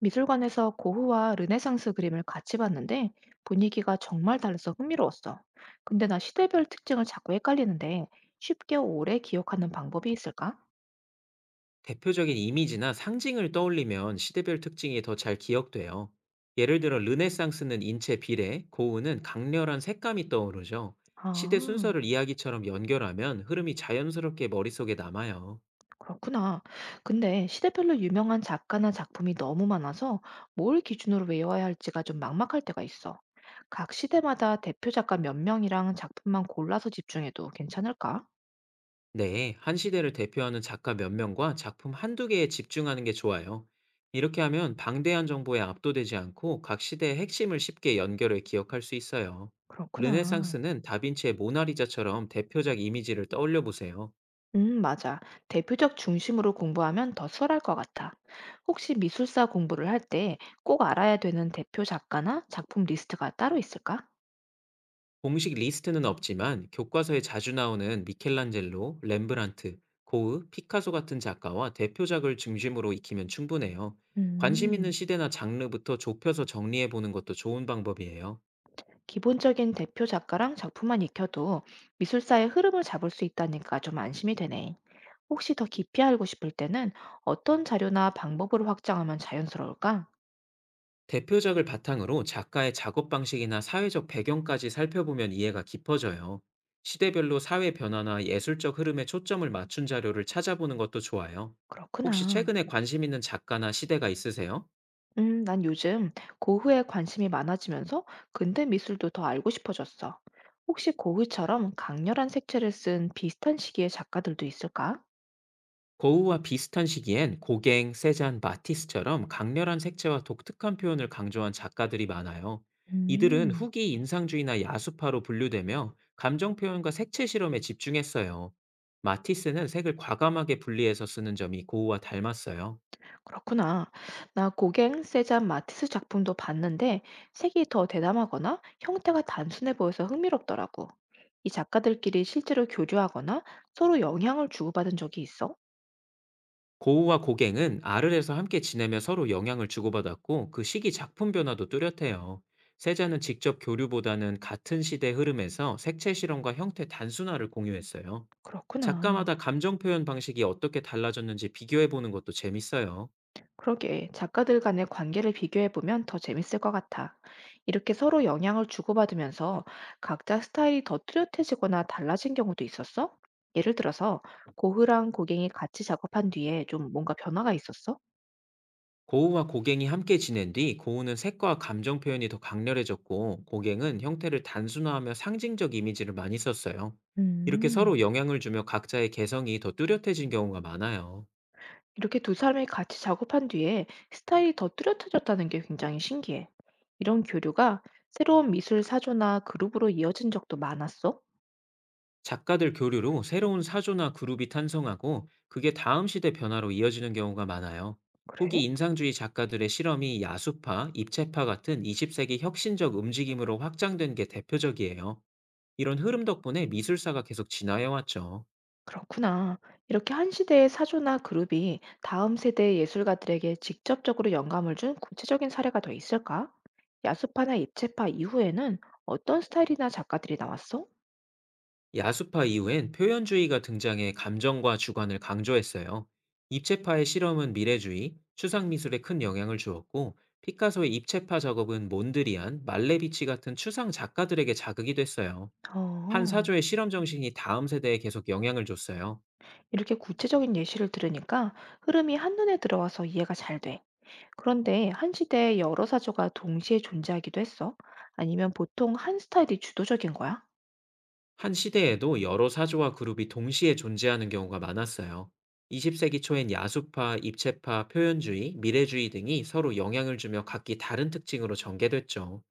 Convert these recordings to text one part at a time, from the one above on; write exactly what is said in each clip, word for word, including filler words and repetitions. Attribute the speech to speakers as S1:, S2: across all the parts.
S1: 미술관에서 고흐와 르네상스 그림을 같이 봤는데 분위기가 정말 달라서 흥미로웠어. 근데 나 시대별 특징을 자꾸 헷갈리는데 쉽게 오래 기억하는 방법이 있을까?
S2: 대표적인 이미지나 상징을 떠올리면 시대별 특징이 더 잘 기억돼요. 예를 들어 르네상스는 인체 비례, 고흐는 강렬한 색감이 떠오르죠. 시대
S1: 아,
S2: 순서를 이야기처럼 연결하면 흐름이 자연스럽게 머릿속에 남아요.
S1: 그렇구나. 근데 시대별로 유명한 작가나 작품이 너무 많아서 뭘 기준으로 외워야 할지가 좀 막막할 때가 있어. 각 시대마다 대표 작가 몇 명이랑 작품만 골라서 집중해도 괜찮을까?
S2: 네, 한 시대를 대표하는 작가 몇 명과 작품 한두 개에 집중하는 게 좋아요. 이렇게 하면 방대한 정보에 압도되지 않고 각 시대의 핵심을 쉽게 연결해 기억할 수 있어요.
S1: 그렇구나.
S2: 르네상스는 다빈치의 모나리자처럼 대표작 이미지를 떠올려 보세요.
S1: 음, 맞아. 대표적 중심으로 공부하면 더 수월할 것 같아. 혹시 미술사 공부를 할 때 꼭 알아야 되는 대표 작가나 작품 리스트가 따로 있을까?
S2: 공식 리스트는 없지만 교과서에 자주 나오는 미켈란젤로, 렘브란트, 고흐, 피카소 같은 작가와 대표작을 중심으로 익히면 충분해요. 관심 있는
S1: 음,
S2: 시대나 장르부터 좁혀서 정리해 보는 것도 좋은 방법이에요.
S1: 기본적인 대표 작가랑 작품만 익혀도 미술사의 흐름을 잡을 수 있다니까 좀 안심이 되네. 혹시 더 깊이 알고 싶을 때는 어떤 자료나 방법으로 확장하면 자연스러울까?
S2: 대표작을 바탕으로 작가의 작업 방식이나 사회적 배경까지 살펴보면 이해가 깊어져요. 시대별로 사회 변화나 예술적 흐름에 초점을 맞춘 자료를 찾아보는 것도 좋아요. 혹시
S1: 그렇구나.
S2: 최근에 관심 있는 작가나 시대가 있으세요?
S1: 음, 난 요즘 고흐에 관심이 많아지면서 근대 미술도 더 알고 싶어졌어. 혹시 고흐처럼 강렬한 색채를 쓴 비슷한 시기의 작가들도 있을까?
S2: 고우와 비슷한 시기엔 고갱, 세잔, 마티스처럼 강렬한 색채와 독특한 표현을 강조한 작가들이 많아요. 이들은
S1: 음,
S2: 후기 인상주의나 야수파로 분류되며 감정 표현과 색채 실험에 집중했어요. 마티스는 색을 과감하게 분리해서 쓰는 점이 고우와 닮았어요.
S1: 그렇구나. 나 고갱, 세잔, 마티스 작품도 봤는데 색이 더 대담하거나 형태가 단순해 보여서 흥미롭더라고. 이 작가들끼리 실제로 교류하거나 서로 영향을 주고받은 적이 있어?
S2: 고우와 고갱은 알을 해서 함께 지내며 서로 영향을 주고받았고 그 시기 작품 변화도 뚜렷해요. 세자는 직접 교류보다는 같은 시대 흐름에서 색채 실험과 형태 단순화를 공유했어요.
S1: 그렇구나.
S2: 작가마다 감정 표현 방식이 어떻게 달라졌는지 비교해 보는 것도 재밌어요.
S1: 그러게 작가들 간의 관계를 비교해 보면 더 재밌을 것 같아. 이렇게 서로 영향을 주고받으면서 각자 스타일이 더 뚜렷해지거나 달라진 경우도 있었어? 예를 들어서 고흐랑 고갱이 같이 작업한 뒤에 좀 뭔가 변화가 있었어?
S2: 고우와 고갱이 함께 지낸 뒤 고우는 색과 감정 표현이 더 강렬해졌고 고갱은 형태를 단순화하며 상징적 이미지를 많이 썼어요. 이렇게
S1: 음,
S2: 서로 영향을 주며 각자의 개성이 더 뚜렷해진 경우가 많아요.
S1: 이렇게 두 사람이 같이 작업한 뒤에 스타일이 더 뚜렷해졌다는 게 굉장히 신기해. 이런 교류가 새로운 미술 사조나 그룹으로 이어진 적도 많았어?
S2: 작가들 교류로 새로운 사조나 그룹이 탄생하고 그게 다음 시대 변화로 이어지는 경우가 많아요.
S1: 그래?
S2: 후기 인상주의 작가들의 실험이 야수파, 입체파 같은 이십 세기 혁신적 움직임으로 확장된 게 대표적이에요. 이런 흐름 덕분에 미술사가 계속 진화해왔죠.
S1: 그렇구나. 이렇게 한 시대의 사조나 그룹이 다음 세대의 예술가들에게 직접적으로 영감을 준 구체적인 사례가 더 있을까? 야수파나 입체파 이후에는 어떤 스타일이나 작가들이 나왔어?
S2: 야수파 이후엔 표현주의가 등장해 감정과 주관을 강조했어요. 입체파의 실험은 미래주의, 추상미술에 큰 영향을 주었고, 피카소의 입체파 작업은 몬드리안, 말레비치 같은 추상 작가들에게 자극이 됐어요. 한
S1: 어,
S2: 사조의 실험 정신이 다음 세대에 계속 영향을 줬어요.
S1: 이렇게 구체적인 예시를 들으니까 흐름이 한눈에 들어와서 이해가 잘 돼. 그런데 한 시대에 여러 사조가 동시에 존재하기도 했어? 아니면 보통 한 스타일이 주도적인 거야?
S2: 한 시대에도 여러 사조와 그룹이 동시에 존재하는 경우가 많았어요. 이십 세기 초엔 야수파, 입체파, 표현주의, 미래주의 등이 서로 영향을 주며 각기 다른 특징으로 전개됐죠.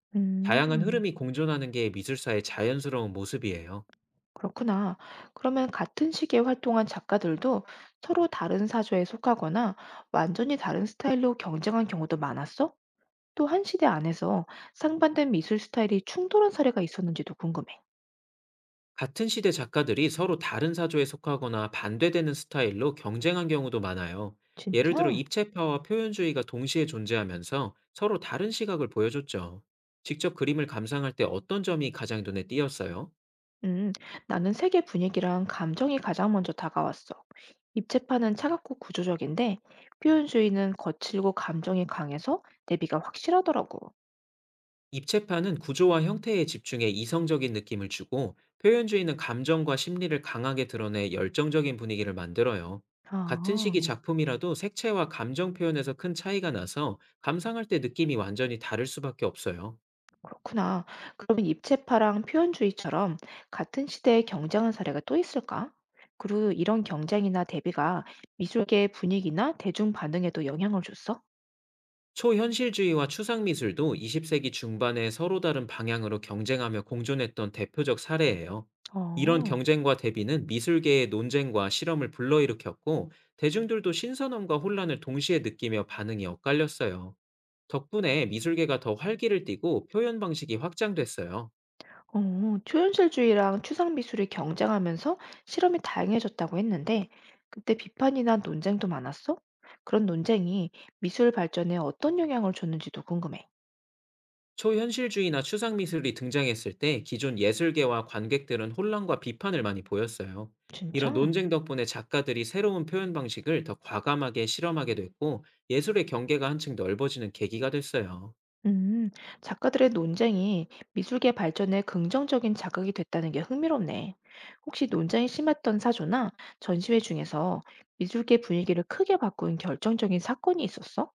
S2: 다양한
S1: 음.
S2: 흐름이 공존하는 게 미술사의 자연스러운 모습이에요.
S1: 그렇구나. 그러면 같은 시기에 활동한 작가들도 서로 다른 사조에 속하거나 완전히 다른 스타일로 경쟁한 경우도 많았어? 또 한 시대 안에서 상반된 미술 스타일이 충돌한 사례가 있었는지도 궁금해.
S2: 같은 시대 작가들이 서로 다른 사조에 속하거나 반대되는 스타일로 경쟁한 경우도 많아요. 예를 들어
S1: 진짜?
S2: 입체파와 표현주의가 동시에 존재하면서 서로 다른 시각을 보여줬죠. 직접 그림을 감상할 때 어떤 점이 가장 눈에 띄었어요?
S1: 음, 나는 세계 분위기랑 감정이 가장 먼저 다가왔어. 입체파는 차갑고 구조적인데 표현주의는 거칠고 감정이 강해서 대비가 확실하더라고.
S2: 입체파는 구조와 형태에 집중해 이성적인 느낌을 주고 표현주의는 감정과 심리를 강하게 드러내 열정적인 분위기를 만들어요. 같은 시기
S1: 아.
S2: 작품이라도 색채와 감정 표현에서 큰 차이가 나서 감상할 때 느낌이 완전히 다를 수밖에 없어요.
S1: 그렇구나. 그러면 입체파랑 표현주의처럼 같은 시대의 경쟁한 사례가 또 있을까? 그리고 이런 경쟁이나 대비가 미술계의 분위기나 대중 반응에도 영향을 줬어?
S2: 초현실주의와 추상미술도 이십 세기 중반에 서로 다른 방향으로 경쟁하며 공존했던 대표적 사례예요. 이런
S1: 어,
S2: 경쟁과 대비는 미술계의 논쟁과 실험을 불러일으켰고, 대중들도 신선함과 혼란을 동시에 느끼며 반응이 엇갈렸어요. 덕분에 미술계가 더 활기를 띠고 표현 방식이 확장됐어요.
S1: 어, 초현실주의랑 추상미술이 경쟁하면서 실험이 다양해졌다고 했는데, 그때 비판이나 논쟁도 많았어? 그런 논쟁이 미술 발전에 어떤 영향을 줬는지도 궁금해.
S2: 초현실주의나 추상 미술이 등장했을 때 기존 예술계와 관객들은 혼란과 비판을 많이 보였어요. 이런
S1: 진짜?
S2: 논쟁 덕분에 작가들이 새로운 표현 방식을 더 과감하게 실험하게 됐고 예술의 경계가 한층 넓어지는 계기가 됐어요.
S1: 음, 작가들의 논쟁이 미술계 발전에 긍정적인 자극이 됐다는 게 흥미롭네. 혹시 논쟁이 심했던 사조나 전시회 중에서 미술계 분위기를 크게 바꾼 결정적인 사건이 있었어?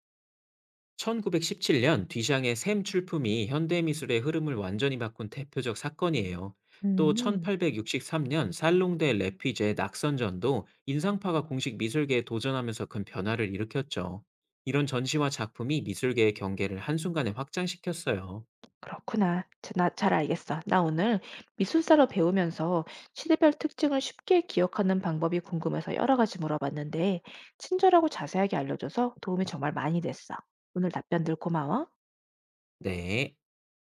S2: 천구백십칠 년 뒤샹의 샘 출품이 현대미술의 흐름을 완전히 바꾼 대표적 사건이에요. 또
S1: 음,
S2: 천팔백육십삼 년 살롱대 레피제 낙선전도 인상파가 공식 미술계에 도전하면서 큰 변화를 일으켰죠. 이런 전시와 작품이 미술계의 경계를 한순간에 확장시켰어요.
S1: 그렇구나. 자, 나잘 알겠어. 나 오늘 미술사로 배우면서 시대별 특징을 쉽게 기억하는 방법이 궁금해서 여러 가지 물어봤는데, 친절하고 자세하게 알려줘서 도움이 정말 많이 됐어. 오늘 답변들 고마워.
S2: 네.